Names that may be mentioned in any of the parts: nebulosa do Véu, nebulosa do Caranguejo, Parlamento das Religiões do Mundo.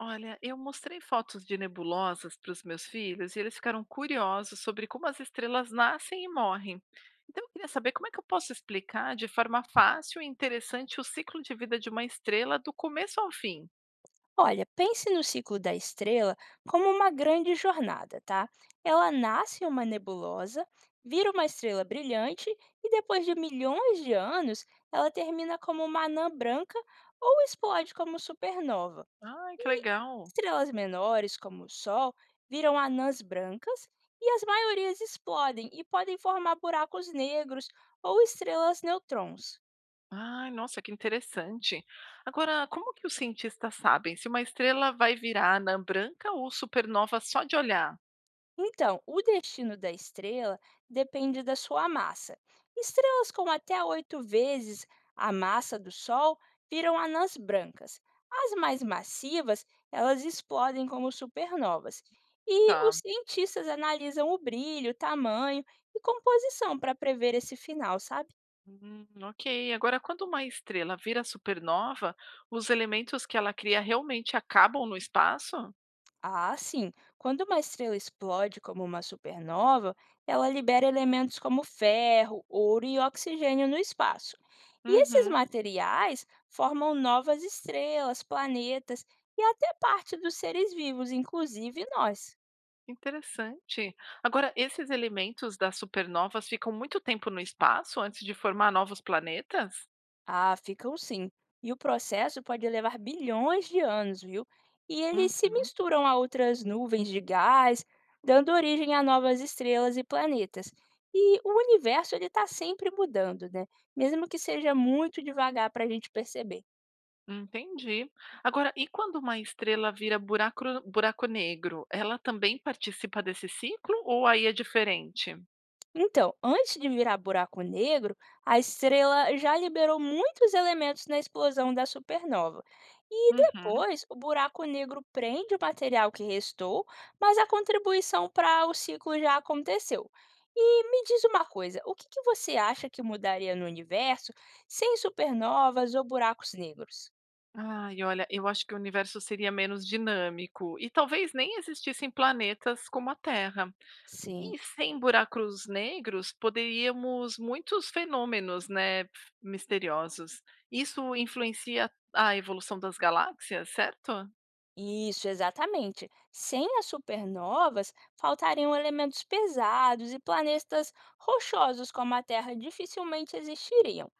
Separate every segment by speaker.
Speaker 1: Olha, eu mostrei fotos de nebulosas para os meus filhos e eles ficaram curiosos sobre como as estrelas nascem e morrem. Então, eu queria saber como é que eu posso explicar de forma fácil e interessante o ciclo de vida de uma estrela do começo ao fim.
Speaker 2: Olha, pense no ciclo da estrela como uma grande jornada, tá? Ela nasce em uma nebulosa, vira uma estrela brilhante e depois de milhões de anos, ela termina como uma anã branca ou explode como supernova.
Speaker 1: Ai, que
Speaker 2: E
Speaker 1: legal!
Speaker 2: estrelas menores, como o Sol, viram anãs brancas e as maiorias explodem e podem formar buracos negros ou estrelas neutrons.
Speaker 1: Ai, nossa, que interessante. Agora, como que os cientistas sabem se uma estrela vai virar anã branca ou supernova só de olhar?
Speaker 2: Então, o destino da estrela depende da sua massa. Estrelas com até oito vezes a massa do Sol viram anãs brancas. As mais massivas, elas explodem como supernovas. E os
Speaker 1: Tá.
Speaker 2: cientistas analisam o brilho, tamanho e composição para prever esse final, sabe?
Speaker 1: Ok. Agora, quando uma estrela vira supernova, os elementos que ela cria realmente acabam no espaço?
Speaker 2: Ah, sim. Quando uma estrela explode como uma supernova, ela libera elementos como ferro, ouro e oxigênio no espaço. E esses
Speaker 1: Uhum,
Speaker 2: materiais formam novas estrelas, planetas e até parte dos seres vivos, inclusive nós.
Speaker 1: interessante. Agora, esses elementos das supernovas ficam muito tempo no espaço antes de formar novos planetas?
Speaker 2: Ah, ficam sim. E o processo pode levar bilhões de anos, viu? E
Speaker 1: Uhum.
Speaker 2: eles se misturam a outras nuvens de gás, dando origem a novas estrelas e planetas. E o universo ele está sempre mudando, né? Mesmo que seja muito devagar para a gente perceber.
Speaker 1: Entendi. Agora, e quando uma estrela vira buracro buraco negro, ela também participa desse ciclo ou aí é diferente?
Speaker 2: Então, antes de virar buraco negro, a estrela já liberou muitos elementos na explosão da supernova. E
Speaker 1: Uhum.
Speaker 2: depois, o buraco negro prende o material que restou, mas a contribuição para o ciclo já aconteceu. E me diz uma coisa, o que, que você acha que mudaria no universo sem supernovas ou buracos negros?
Speaker 1: Ai, olha, eu acho que o universo seria menos dinâmico e talvez nem existissem planetas como a Terra.
Speaker 2: Sim.
Speaker 1: E sem buracos negros, poderíamos muitos fenômenos, né, misteriosos. Isso influencia a evolução das galáxias, certo?
Speaker 2: Isso, exatamente. Sem as supernovas, faltariam elementos pesados e planetas rochosos como a Terra dificilmente existiriam.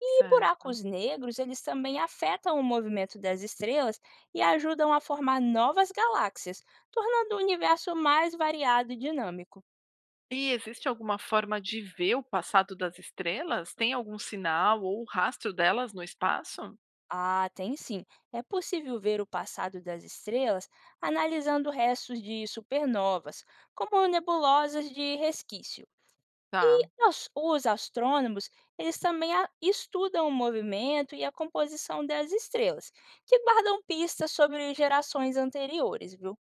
Speaker 2: E
Speaker 1: Certo.
Speaker 2: buracos negros, eles também afetam o movimento das estrelas e ajudam a formar novas galáxias, tornando o universo mais variado e dinâmico.
Speaker 1: E existe alguma forma de ver o passado das estrelas? Tem algum sinal ou rastro delas no espaço?
Speaker 2: Ah, tem sim. É possível ver o passado das estrelas analisando restos de supernovas, como nebulosas de resquício.
Speaker 1: Tá.
Speaker 2: E os astrônomos, eles também a estudam o movimento e a composição das estrelas, que guardam pistas sobre gerações anteriores, viu?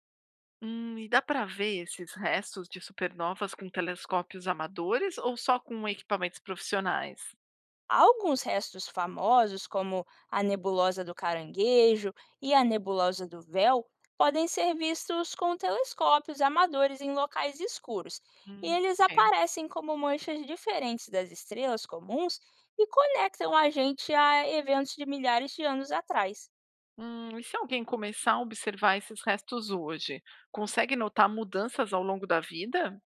Speaker 1: E dá para ver esses restos de supernovas com telescópios amadores ou só com equipamentos profissionais?
Speaker 2: Alguns restos famosos, como a nebulosa do Caranguejo e a nebulosa do Véu, podem ser vistos com telescópios amadores em locais escuros, e eles
Speaker 1: Ok.
Speaker 2: aparecem como manchas diferentes das estrelas comuns e conectam a gente a eventos de milhares de anos atrás.
Speaker 1: E se alguém começar a observar esses restos hoje, consegue notar mudanças ao longo da vida?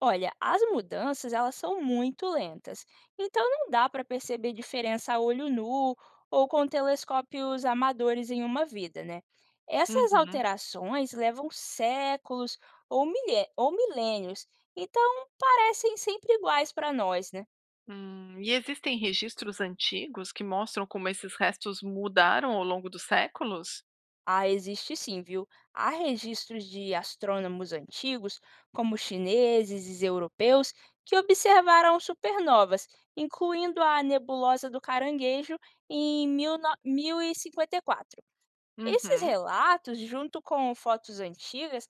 Speaker 2: Olha, as mudanças elas são muito lentas, então não dá para perceber diferença a olho nu ou com telescópios amadores em uma vida, né? Essas
Speaker 1: Uhum.
Speaker 2: alterações levam séculos ou milênios, então parecem sempre iguais para nós, né?
Speaker 1: E existem registros antigos que mostram como esses restos mudaram ao longo dos séculos?
Speaker 2: Ah, existe sim, viu? Há registros de astrônomos antigos, como chineses e europeus, que observaram supernovas, incluindo a nebulosa do Caranguejo em 19 1054. Esses
Speaker 1: Uhum.
Speaker 2: relatos, junto com fotos antigas,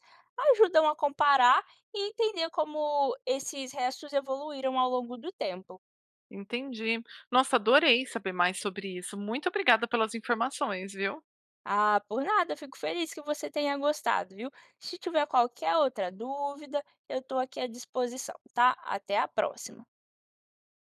Speaker 2: ajudam a comparar e entender como esses restos evoluíram ao longo do tempo.
Speaker 1: Entendi. Nossa, adorei saber mais sobre isso. Muito obrigada pelas informações, viu?
Speaker 2: Ah, por nada, fico feliz que você tenha gostado, viu? Se tiver qualquer outra dúvida, eu estou aqui à disposição, tá? Até a próxima!